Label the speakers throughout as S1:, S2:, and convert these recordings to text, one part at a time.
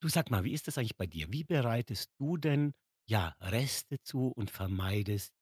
S1: Du, sag mal, wie ist das eigentlich bei dir? Wie bereitest du denn, ja, Reste zu und vermeidest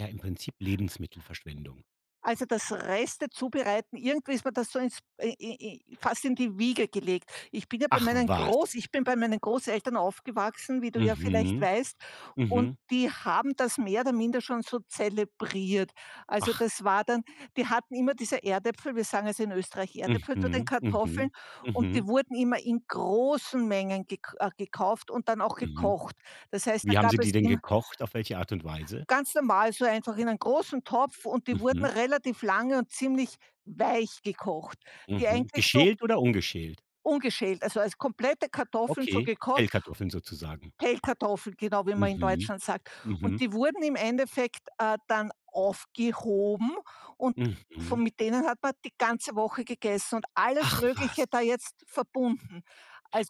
S1: ja im Prinzip Lebensmittelverschwendung?
S2: Also, das Reste zubereiten, irgendwie ist mir das so ins i i i fast in die Wiege gelegt.
S1: Ach was.
S2: Ich bin bei meinen Großeltern aufgewachsen, wie du ja vielleicht
S1: Mhm,
S2: weißt,
S1: mhm.
S2: und die haben das mehr oder minder schon so zelebriert. Also,
S1: Ach,
S2: das war dann die hatten immer diese Erdäpfel, wir sagen also in Österreich Erdäpfel zu den
S1: mhm, mhm,
S2: Kartoffeln und
S1: mhm,
S2: die wurden immer in großen Mengen gekauft und dann auch
S1: mhm.
S2: gekocht. Das heißt, da
S1: Wie haben
S2: gab
S1: sie
S2: es
S1: die denn
S2: immer.
S1: gekocht? Auf welche Art und Weise?
S2: Ganz normal, so einfach in einen großen Topf und die wurden
S1: Mhm,
S2: relativ lange und ziemlich weich gekocht. Die
S1: mhm.
S2: eigentlich so
S1: Geschält oder ungeschält?
S2: Ungeschält, also als komplette Kartoffeln so
S1: Okay,
S2: gekocht,
S1: Pellkartoffeln sozusagen.
S2: Pellkartoffeln, genau wie man in
S1: Mhm,
S2: Deutschland sagt. Und
S1: mhm,
S2: die wurden im Endeffekt dann aufgehoben und
S1: mhm.
S2: von mit denen hat man die ganze Woche gegessen und alles
S1: Ach
S2: Mögliche
S1: was.
S2: da jetzt verbunden.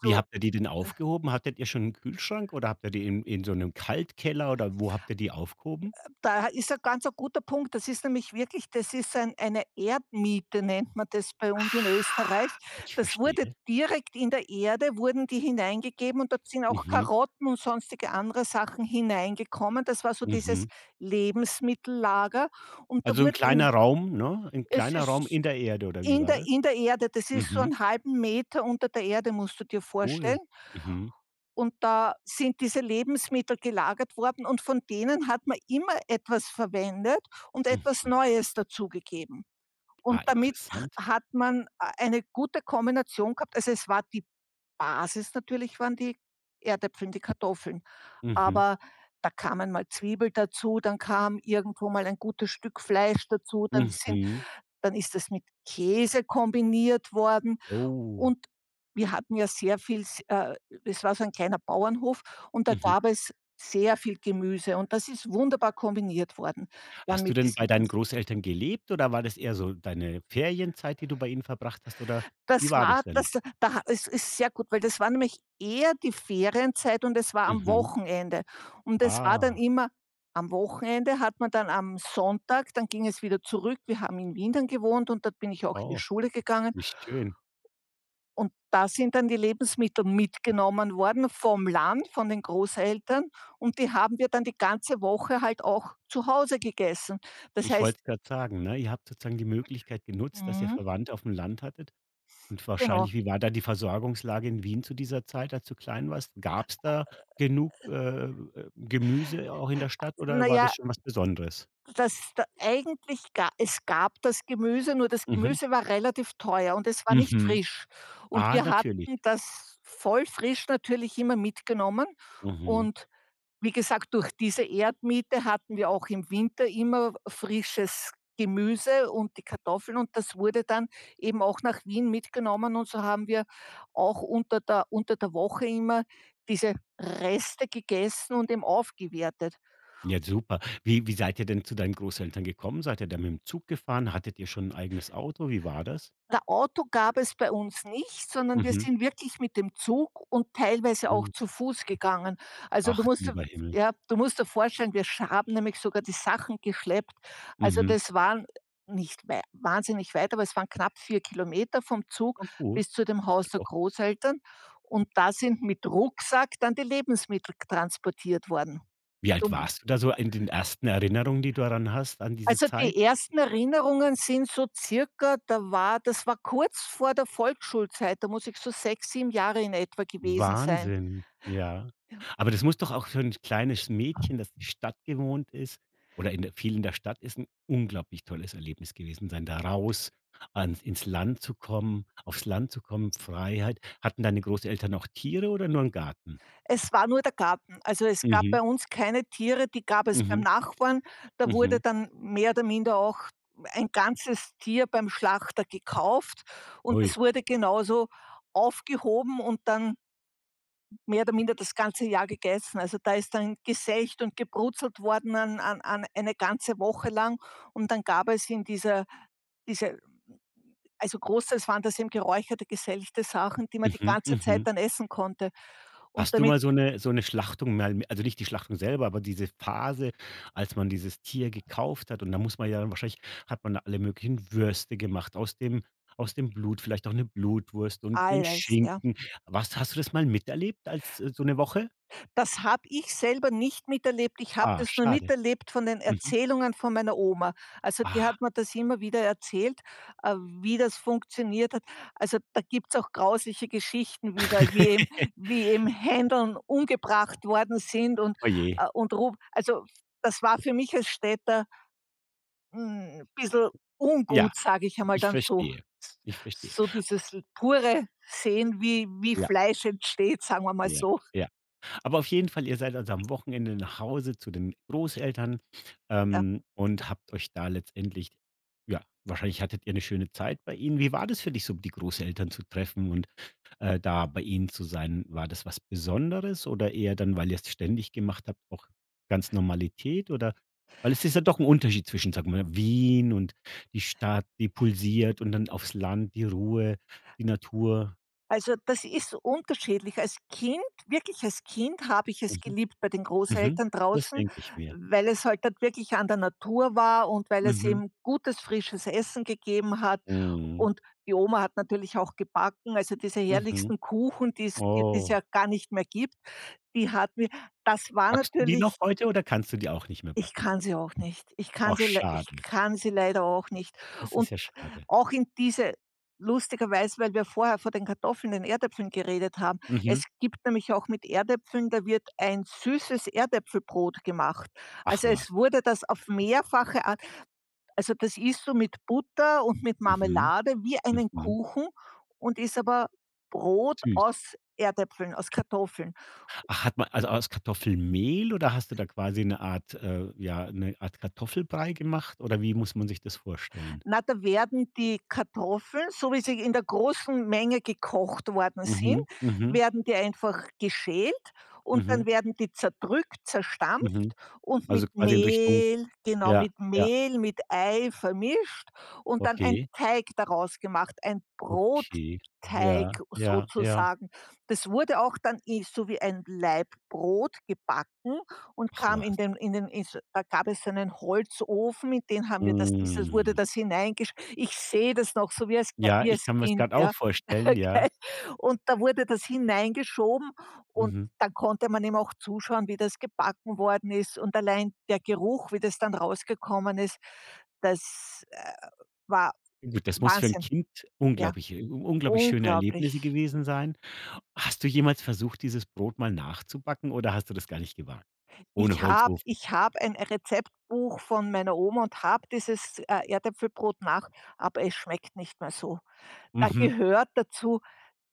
S1: Wie habt ihr die denn aufgehoben? Hattet ihr schon 'n Kühlschrank oder habt ihr die in so 'nem Kaltkeller oder wo habt ihr die aufgehoben?
S2: da ist ein ganz ein guter Punkt. Das ist nämlich wirklich das ist eine Erdmiete, nennt man das bei uns in Österreich.
S1: Ah. Ich
S2: Das wurde
S1: verstehe.
S2: direkt in der Erde wurden die hineingegeben und dort sind auch
S1: Mhm,
S2: Karotten und sonstige andere Sachen hineingekommen. Das war so dieses
S1: mhm.
S2: Lebensmittellager und da
S1: Also 'n
S2: wurden im
S1: kleiner Raum, ne? 'N
S2: es
S1: kleiner
S2: ist
S1: Raum in der Erde oder wie war das?
S2: in der Erde, das ist so
S1: Mhm,
S2: einen halben Meter unter der Erde, musst du dir
S1: cool.
S2: vorstellen.
S1: Mhm,
S2: Und da sind diese Lebensmittel gelagert worden und von denen hat man immer etwas verwendet und etwas
S1: mhm.
S2: Neues dazugegeben. Und
S1: Ah,
S2: damit
S1: interessant.
S2: hat man eine gute Kombination gehabt. Also, es war die Basis natürlich waren die Erdäpfel und die Kartoffeln,
S1: Mhm,
S2: aber da kamen mal Zwiebel dazu, dann kam irgendwo mal ein gutes Stück Fleisch dazu, dann sind
S1: mhm.
S2: dann ist das mit Käse kombiniert worden.
S1: Oh,
S2: Und wir hatten ja sehr viel s es war so ein kleiner Bauernhof und da
S1: mhm.
S2: gab es sehr viel Gemüse und das ist wunderbar kombiniert worden dann
S1: Hast du
S2: mit
S1: denn
S2: diesem
S1: bei deinen
S2: ganzen.
S1: Großeltern gelebt oder war das eher so deine Ferienzeit, die du bei ihnen verbracht hast, oder wie
S2: Das
S1: war
S2: war
S1: das denn?
S2: das da Es ist sehr gut, weil das war nämlich eher die Ferienzeit und es war am
S1: Mhm.
S2: Wochenende. Und es war dann
S1: Ah,
S2: immer am Wochenende hat man dann am Sonntag dann ging es wieder zurück. Wir haben in Wien dann gewohnt und dort bin ich auch in die
S1: oh,
S2: Schule gegangen.
S1: wie schön.
S2: Und da sind dann die Lebensmittel mitgenommen worden vom Land, von den Großeltern und die haben wir dann die ganze Woche halt auch zu Hause gegessen. Das
S1: Ich
S2: heißt,
S1: wollte es grad sagen, ne? Ihr habt sozusagen die Möglichkeit genutzt, dass ihr
S2: mhm,
S1: Verwandte aufm Land hattet, und
S2: genau.
S1: wahrscheinlich, wie war da die Versorgungslage in Wien zu dieser Zeit, als du klein warst? Gab's da genug, Gemüse auch in der Stadt,
S2: Na
S1: oder war das
S2: ja,
S1: schon was Besonderes?
S2: das da eigentlich ga es gab das Gemüse, nur das
S1: Mhm,
S2: Gemüse war relativ teuer und es war nicht
S1: mhm.
S2: frisch. Und
S1: Ah,
S2: wir
S1: natürlich.
S2: hatten das voll frisch natürlich immer mitgenommen
S1: Mhm.
S2: und wie gesagt, durch diese Erdmiete hatten wir auch im Winter immer frisches Gemüse und die Kartoffeln und das wurde dann eben auch nach Wien mitgenommen und so haben wir auch unter der Woche immer diese Reste gegessen und eben aufgewertet.
S1: Ja, super. Wie seid ihr denn zu deinen Großeltern gekommen? Seid ihr da mit dem Zug gefahren? Hattet ihr schon 'n eigenes Auto? Wie war das?
S2: Na, Auto gab es bei uns nicht, sondern wir
S1: Mhm.
S2: sind wirklich mit dem Zug und teilweise auch
S1: Mhm.
S2: zu Fuß gegangen. Also du
S1: Ach,
S2: musst dir
S1: lieber Himmel.
S2: Ja, du musst dir vorstellen, wir sch haben nämlich sogar die Sachen geschleppt. Also
S1: Mhm.
S2: das waren nicht wei wahnsinnig weit, aber es waren knapp 4 Kilometer vom Zug
S1: Na gut.
S2: bis zu dem
S1: Ist
S2: Haus
S1: ja
S2: der
S1: doch.
S2: Großeltern und da sind mit Rucksack dann die Lebensmittel transportiert worden.
S1: Wie alt
S2: Du
S1: warst du da so in den ersten Erinnerungen, die du daran hast, an diese
S2: Also,
S1: Zeit?
S2: die ersten Erinnerungen sind so circa da war das war kurz vor der Volksschulzeit, da muss ich so 6, 7 Jahre in etwa gewesen sein.
S1: Wahnsinn, ja. Aber das muss doch auch für 'n kleines Mädchen, das die Stadt gewohnt ist oder in der viel in der Stadt ist, 'n unglaublich tolles Erlebnis gewesen sein, da raus ans ins Land zu kommen, aufs Land zu kommen, Freiheit. Hatten deine Großeltern auch Tiere oder nur 'n Garten?
S2: Es war nur der Garten. Also, es gab bei
S1: Mhm,
S2: uns keine Tiere, die gab es beim
S1: mhm,
S2: Nachbarn. Da wurde
S1: mhm.
S2: dann mehr oder minder auch ein ganzes Tier beim Schlachter gekauft und es
S1: Ui.
S2: wurde genauso aufgehoben und dann mehr oder minder das ganze Jahr gegessen. Also, da ist dann gesächt und gebrutzelt worden an an an eine ganze Woche lang und dann gab es in dieser diese also, großteils waren das eben geräucherte, geselchte Sachen, die man die
S1: Mhm,
S2: ganze Zeit
S1: mhm.
S2: dann essen konnte und
S1: Hast du
S2: damit
S1: mal so eine Schlachtung mal, also nicht die Schlachtung selber, aber diese Phase, als man dieses Tier gekauft hat und da muss man ja dann wahrscheinlich, hat man da alle möglichen Würste gemacht aus dem Blut, vielleicht auch eine Blutwurst und den
S2: alles, ja.
S1: Schinken. Was, hast du das mal miterlebt, als so eine Woche?
S2: Das habe ich selber nicht miterlebt. Ich habe
S1: Ah,
S2: das nur
S1: schade.
S2: miterlebt von den
S1: Mhm.
S2: Erzählungen von meiner Oma. Also, die
S1: Ah.
S2: hat mir das immer wieder erzählt, äh, wie das funktioniert hat. Also, da gibt's auch grausliche Geschichten, wie im Händeln umgebracht worden sind
S1: Oje.
S2: und rum. Also, das war für mich als Städter, bissel
S1: Ja,
S2: ungut, sage ich einmal
S1: ich
S2: ganz so.
S1: verstehe. Ich verstehe.
S2: So dieses pure Sehen, wie wie
S1: Ja,
S2: Fleisch entsteht, sagen wir mal
S1: ja.
S2: so,
S1: Ja. Aber auf jeden Fall, ihr seid also am Wochenende nach Hause zu den Großeltern,
S2: ja.
S1: und habt euch da letztendlich, ja, wahrscheinlich hattet ihr eine schöne Zeit bei ihnen. Wie war das für dich so, die Großeltern zu treffen und, da bei ihnen zu sein? War das was Besonderes oder eher dann, weil ihr es ständig gemacht habt, auch ganz Normalität, oder weil es ist ja doch ein Unterschied zwischen, sagen wir mal, Wien und die Stadt, die pulsiert, und dann aufs Land, die Ruhe, die Natur.
S2: Also, das ist unterschiedlich. Als Kind wirklich als Kind habe ich es
S1: Mhm,
S2: geliebt bei den
S1: mhm.
S2: Großeltern
S1: Das
S2: draußen,
S1: denke ich mir.
S2: weil es halt dort wirklich an der Natur war und weil es
S1: Mhm.
S2: eben gutes, frisches Essen gegeben hat.
S1: Mhm.
S2: Und die Oma hat natürlich auch gebacken, also diese
S1: Mhm.
S2: herrlichsten Kuchen, die es
S1: Oh.
S2: ja gar nicht mehr gibt, die hat mir das war
S1: Backst du die
S2: natürlich
S1: noch heute oder kannst du die auch nicht mehr
S2: ich
S1: backen?
S2: kann sie auch nicht.
S1: Ach,
S2: Ich
S1: schade.
S2: kann sie leider auch nicht.
S1: Das
S2: Und
S1: ist ja schade.
S2: auch in diese, lustigerweise, weil wir vorher von den Kartoffeln, den Erdäpfeln geredet haben.
S1: Mhm.
S2: Es gibt nämlich auch mit Erdäpfeln, da wird ein süßes Erdäpfelbrot gemacht.
S1: Ach
S2: Also, es
S1: was.
S2: wurde das auf mehrfache Art, also, das isst du mit Butter und mit
S1: Mhm,
S2: Marmelade wie einen
S1: mhm.
S2: Kuchen und ist aber Brot
S1: Süß.
S2: aus Erdäpfeln, aus Kartoffeln.
S1: Ach, hat man also aus Kartoffelmehl oder hast du da quasi 'ne Art ja, 'ne Art Kartoffelbrei gemacht oder wie muss man sich das vorstellen?
S2: Na, da werden die Kartoffeln, so wie sie in der großen Menge gekocht worden sind,
S1: Mhm, mhm,
S2: werden die einfach geschält und
S1: mhm,
S2: dann werden die zerdrückt,
S1: mhm.
S2: zerstampft und mit
S1: Also quasi in Richtung,
S2: Mehl, genau,
S1: ja,
S2: mit
S1: ja,
S2: Mehl, mit Ei vermischt und dann ein
S1: okay,
S2: Teig daraus gemacht, ein
S1: okay.
S2: Brotteig
S1: Ja, ja, ja.
S2: sozusagen. Das wurde auch dann i so wie ein Laibbrot gebacken und
S1: Ach
S2: kam
S1: was.
S2: in den is da gab es einen Holzofen, in den haben wir das dieses wurde
S1: Hm.
S2: das hineingesch ich sehe das noch so
S1: Ja,
S2: wie
S1: ich
S2: als
S1: kann mir's
S2: Kind,
S1: grad auch
S2: ja,
S1: vorstellen, ja.
S2: gell? Und da wurde das hineingeschoben und
S1: Mhm.
S2: dann konnte man eben auch zuschauen, wie das gebacken worden ist und allein der Geruch, wie das dann rausgekommen ist, das, war
S1: Gut, das muss für ein
S2: Wahnsinn,
S1: Kind
S2: ja,
S1: unglaublich unglaublich schöne Erlebnisse
S2: unglaublich.
S1: gewesen sein. Hast du jemals versucht, dieses Brot mal nachzubacken oder hast du das gar nicht gewagt? Ohne Holzofen.
S2: Ich habe ein Rezeptbuch von meiner Oma und habe dieses, Erdäpfelbrot nach aber es schmeckt nicht mehr so. Da
S1: Mhm.
S2: gehört dazu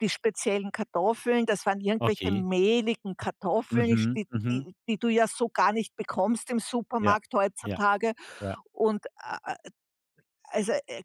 S2: die speziellen Kartoffeln. Das waren irgendwelche
S1: Okay.
S2: mehligen Kartoffeln,
S1: Mhm. Mhm.
S2: die du ja so gar nicht bekommst im
S1: Ja.
S2: Supermarkt
S1: Ja.
S2: heutzutage.
S1: Ja.
S2: Und, a also,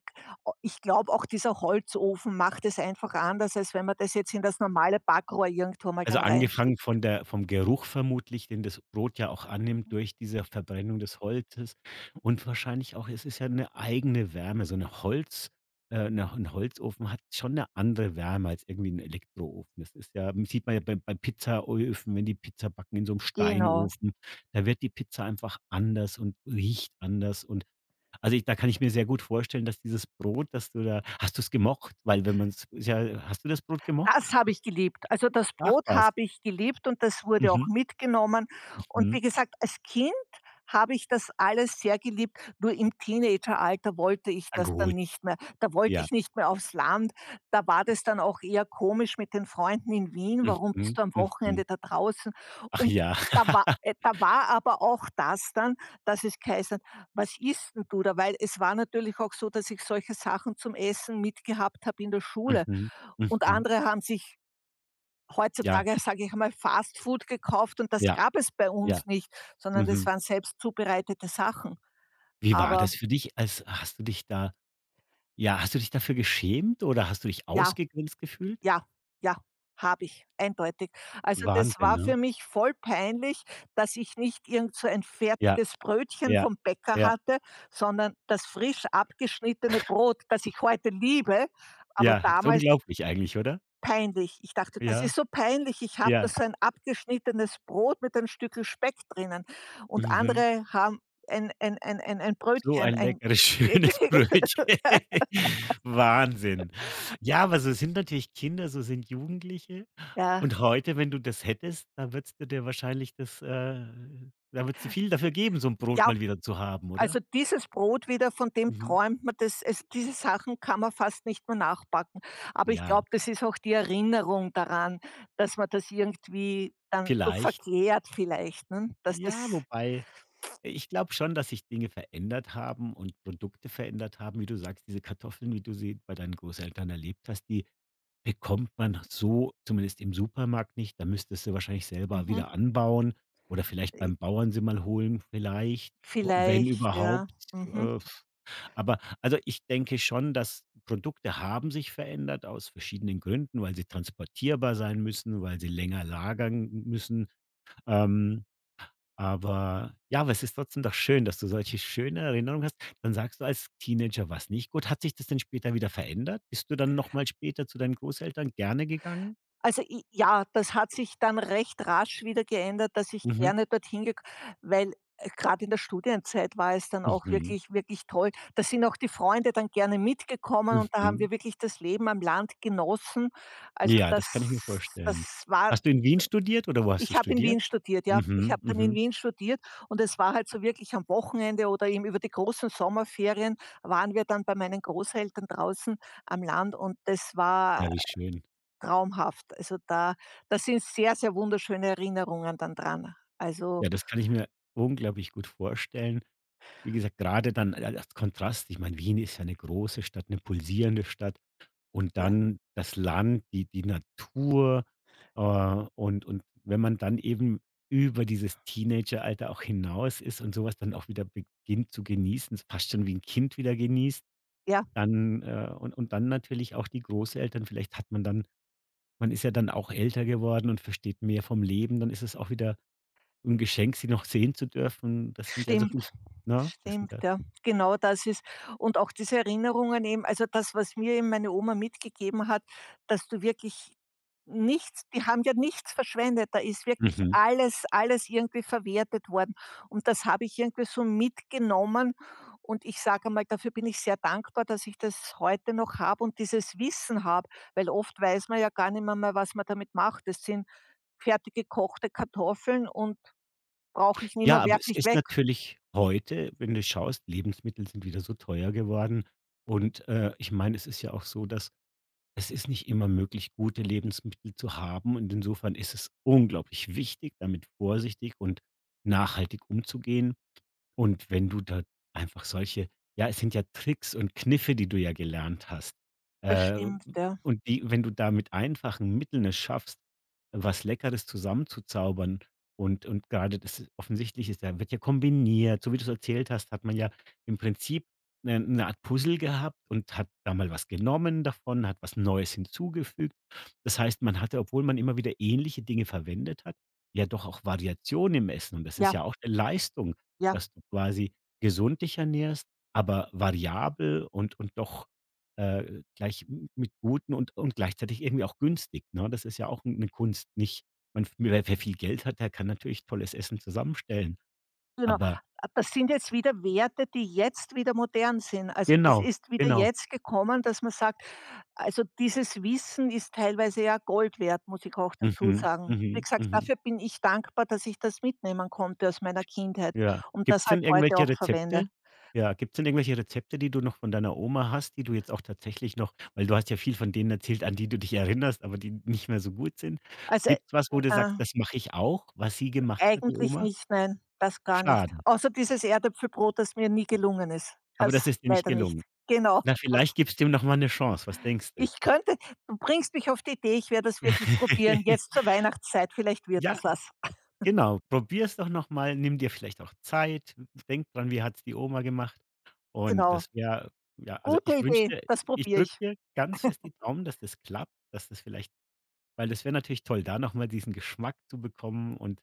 S2: ich glaube, auch dieser Holzofen macht es einfach anders, als wenn man das jetzt in das normale Backrohr irgendwo mal
S1: Also,
S2: dann
S1: angefangen
S2: reinschiebt.
S1: von der vom Geruch vermutlich, den das Brot ja auch annimmt
S2: Hm.
S1: durch diese Verbrennung des Holzes, und wahrscheinlich auch, es ist ja eine eigene Wärme. So eine Holz, 'ne 'n Holzofen hat schon eine andere Wärme als irgendwie ein Elektroofen. Das ist ja, sieht man ja bei Pizzaöfen, wenn die Pizza backen in so einem
S2: Genau,
S1: Steinofen, da wird die Pizza einfach anders und riecht anders und, also, ich, da kann ich mir sehr gut vorstellen, dass dieses Brot, das du da, hast du es gemocht? Weil wenn man es, ja, hast du das Brot gemocht?
S2: das habe ich geliebt. Also, das
S1: Ach
S2: Brot
S1: was.
S2: habe ich geliebt und das wurde auch
S1: Mhm,
S2: mitgenommen. Und
S1: mhm.
S2: wie gesagt, als Kind habe ich das alles sehr geliebt, nur im Teenageralter wollte ich
S1: Ah,
S2: das dann
S1: gut,
S2: nicht mehr. Da wollte
S1: ja.
S2: ich nicht mehr aufs Land. Da war das dann auch eher komisch mit den Freunden in Wien: „Warum
S1: Mhm,
S2: bist du am
S1: mhm.
S2: Wochenende da draußen?"
S1: Ach
S2: Und
S1: ja.
S2: da war, da war aber auch das dann, dass es geheißen hat: „Was isst denn du da?" Weil es war natürlich auch so, dass ich solche Sachen zum Essen mitgehabt habe in der Schule.
S1: Mhm,
S2: Und
S1: mhm.
S2: andere haben sich,
S1: Ja,
S2: heutzutage, sage ich einmal, Fastfood gekauft und das
S1: ja,
S2: gab es bei
S1: ja.
S2: uns nicht, sondern das
S1: Mhm.
S2: waren selbst zubereitete Sachen.
S1: Wie war
S2: Aber
S1: das für dich, als, hast du dich da, ja, hast du dich dafür geschämt oder hast du dich
S2: ja,
S1: ausgegrenzt gefühlt?
S2: ja, ja, habe ich, eindeutig. Also, das
S1: Wahnsinn,
S2: war
S1: ne?
S2: für mich voll peinlich, dass ich nicht irgend so ein
S1: Ja,
S2: fertiges Brötchen
S1: ja,
S2: vom Bäcker
S1: ja,
S2: hatte, sondern das frisch abgeschnittene Brot, das ich heute liebe, aber
S1: ja. Ist
S2: damals
S1: unglaublich eigentlich, oder?
S2: peinlich. Ich dachte, das
S1: Ja,
S2: ist so peinlich. Ich habe
S1: ja.
S2: das so ein abgeschnittenes Brot mit ein Stückel Speck drinnen und
S1: Mhm.
S2: andere haben ein
S1: So
S2: Brötchen,
S1: ein
S2: ein
S1: leckeres, schönes Brötchen. Wahnsinn. Ja, aber so sind natürlich Kinder, so sind Jugendliche.
S2: ja.
S1: Und heute, wenn du das hättest, da würdest du dir wahrscheinlich das, da würdest du viel dafür geben, so 'n Brot
S2: Ja,
S1: mal wieder zu haben, oder?
S2: also dieses Brot wieder, von dem
S1: Mhm.
S2: träumt man, das es diese Sachen kann man fast nicht mehr nachbacken. Aber ich
S1: Ja,
S2: glaube, das ist auch die Erinnerung daran, dass man das irgendwie dann so
S1: vielleicht.
S2: verklärt vielleicht, ne? Dass
S1: Ja,
S2: das
S1: wobei ich glaube schon, dass sich Dinge verändert haben und Produkte verändert haben, wie du sagst, diese Kartoffeln, wie du sie bei deinen Großeltern erlebt hast, die bekommt man so zumindest im Supermarkt nicht. Da müsstest du wahrscheinlich selber
S2: mhm,
S1: wieder anbauen oder vielleicht beim Bauern sie mal holen vielleicht, w wenn
S2: vielleicht, ja.
S1: überhaupt.
S2: Mhm.
S1: Äh, aber also, ich denke schon, dass Produkte haben sich verändert aus verschiedenen Gründen, weil sie transportierbar sein müssen, weil sie länger lagern müssen. Ähm aber ja, aber es ist trotzdem doch schön, dass du solche schöne Erinnerungen hast. Dann sagst du, als Teenager war's nicht gut. Hat sich das denn später wieder verändert? Bist du dann noch mal später zu deinen Großeltern gerne gegangen?
S2: Also, i ja, das hat sich dann recht rasch wieder geändert, dass ich
S1: Mhm,
S2: gerne dorthin gek weil, grad in der Studienzeit war es dann auch
S1: mhm,
S2: wirklich, wirklich toll. Da sind auch die Freunde dann gerne mitgekommen und da haben
S1: mhm.
S2: wir wirklich das Leben am Land genossen. Also,
S1: Ja,
S2: das
S1: das kann ich mir vorstellen.
S2: das war
S1: Hast du in Wien studiert oder wo hast du
S2: ich habe in Wien
S1: studiert?
S2: studiert, ja. Ich
S1: Mhm,
S2: habe dann in
S1: mhm.
S2: Wien studiert und es war halt so wirklich am Wochenende oder eben über die großen Sommerferien waren wir dann bei meinen Großeltern draußen am Land und das war
S1: Ja, wie schön.
S2: traumhaft. Also, da, da sind sehr, sehr wunderschöne Erinnerungen dann dran. Also,
S1: Ja, das kann ich mir unglaublich gut vorstellen. Wie gesagt, gerade dann, als Kontrast, ich meine, Wien ist ja eine große Stadt, eine pulsierende Stadt. Und
S2: ja.
S1: dann das Land, die die Natur, äh, und wenn man dann eben über dieses Teenageralter auch hinaus ist und sowas dann auch wieder beginnt zu genießen, es fast schon wie ein Kind wieder genießt,
S2: Ja.
S1: dann und dann natürlich auch die Großeltern. Vielleicht hat man dann, man ist ja dann auch älter geworden und versteht mehr vom Leben, dann ist es auch wieder ein Geschenk, sie noch sehen zu dürfen. Das sind ja so
S2: Stimmt,
S1: viel, ne? Das sind
S2: stimmt,
S1: ja,
S2: ja. Genau das ist Und auch diese Erinnerungen, eben also das, was mir eben meine Oma mitgegeben hat, dass du wirklich nichts die haben ja nichts verschwendet. Da ist wirklich
S1: mhm.
S2: alles, alles irgendwie verwertet worden und das habe ich irgendwie so mitgenommen und ich sage mal, dafür bin ich sehr dankbar, dass ich das heute noch habe und dieses Wissen habe, weil oft weiß man ja gar nicht mehr mal, was man damit macht. Das sind fertig gekochte Kartoffeln und brauche ich nicht
S1: Ja,
S2: mehr,
S1: aber
S2: werfe
S1: es
S2: ich
S1: ist
S2: weg.
S1: natürlich heute, wenn du schaust, Lebensmittel sind wieder so teuer geworden. Und, ich meine, es ist ja auch so, dass es ist nicht immer möglich, gute Lebensmittel zu haben. Und insofern ist es unglaublich wichtig, damit vorsichtig und nachhaltig umzugehen. Und wenn du da einfach solche, ja, es sind ja Tricks und Kniffe, die du ja gelernt hast.
S2: Das
S1: Äh,
S2: stimmt, ja.
S1: und die, wenn du da mit einfachen Mitteln es schaffst, was Leckeres zusammenzuzaubern, und gerade das ist offensichtlich, ist da, wird ja kombiniert. So wie du es erzählt hast, hat man ja im Prinzip eine 'ne Art Puzzle gehabt und hat da mal was genommen davon, hat was Neues hinzugefügt. Das heißt, man hatte, obwohl man immer wieder ähnliche Dinge verwendet hat, ja doch auch Variationen im Essen und das ist
S2: Ja,
S1: ja auch 'ne Leistung,
S2: ja,
S1: dass du quasi gesund dich ernährst, aber variabel und doch, gleich m mit guten und gleichzeitig irgendwie auch günstig, ne? Das ist ja auch eine Kunst, nicht man, wer viel Geld hat, der kann natürlich tolles Essen zusammenstellen,
S2: genau. Ah,
S1: aber
S2: das sind jetzt wieder Werte, die jetzt wieder modern sind. Also, das
S1: genau,
S2: ist wieder
S1: genau.
S2: jetzt gekommen, dass man sagt, also, dieses Wissen ist teilweise ja Gold wert, muss ich auch dazu
S1: Mhm,
S2: sagen. Wie
S1: mhm,
S2: gesagt,
S1: mhm.
S2: dafür bin ich dankbar, dass ich das mitnehmen konnte aus meiner Kindheit
S1: Ja.
S2: und
S1: Gibt's
S2: das halt
S1: denn
S2: heute
S1: irgendwelche
S2: auch verwende.
S1: Rezepte? Ja, gibt's denn irgendwelche Rezepte, die du noch von deiner Oma hast, die du jetzt auch tatsächlich noch, weil du hast ja viel von denen erzählt, an die du dich erinnerst, aber die nicht mehr so gut sind.
S2: Also,
S1: Gibt's was, wo du
S2: äh,
S1: sagst: „Das mache ich auch“, was sie gemacht hat, die
S2: eigentlich
S1: Oma?
S2: nicht, nein, das gar nicht.
S1: Schade,
S2: Außer dieses Erdäpfelbrot, das mir nie gelungen ist. Das
S1: aber das ist dir nicht
S2: leider nicht.
S1: gelungen.
S2: Genau,
S1: Na,
S2: das
S1: vielleicht gibst dem noch mal 'ne Chance. Was denkst du?
S2: Ich könnte du bringst mich auf die Idee, ich werde das
S1: Ja,
S2: wirklich probieren. Jetzt zur Weihnachtszeit, vielleicht wird das was.
S1: genau. Probier's doch noch mal. Nimm dir vielleicht auch Zeit. Denk dran, wie hat's die Oma gemacht? Und
S2: Genau.
S1: das wäre, ja, also,
S2: Gute
S1: ich
S2: Idee,
S1: wünschte,
S2: das
S1: ich
S2: probiere
S1: drücke
S2: ich.
S1: dir ganz fest die Daumen, dass das klappt, dass das vielleicht, weil das wäre natürlich toll, da noch mal diesen Geschmack zu bekommen und,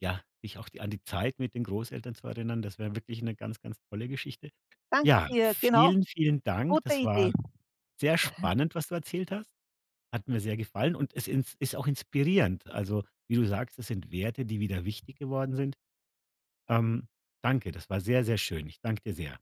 S1: ja, dich auch die an die Zeit mit den Großeltern zu erinnern. Das wäre wirklich eine ganz, ganz tolle Geschichte.
S2: Danke
S1: Ja,
S2: dir, genau,
S1: vielen, vielen Dank.
S2: gute
S1: Das
S2: Idee.
S1: war sehr spannend, was du erzählt hast. Hat mir sehr gefallen und es ins ist auch inspirierend. Also, wie du sagst, es sind Werte, die wieder wichtig geworden sind. Ähm, danke, das war sehr, sehr schön. Ich danke dir sehr.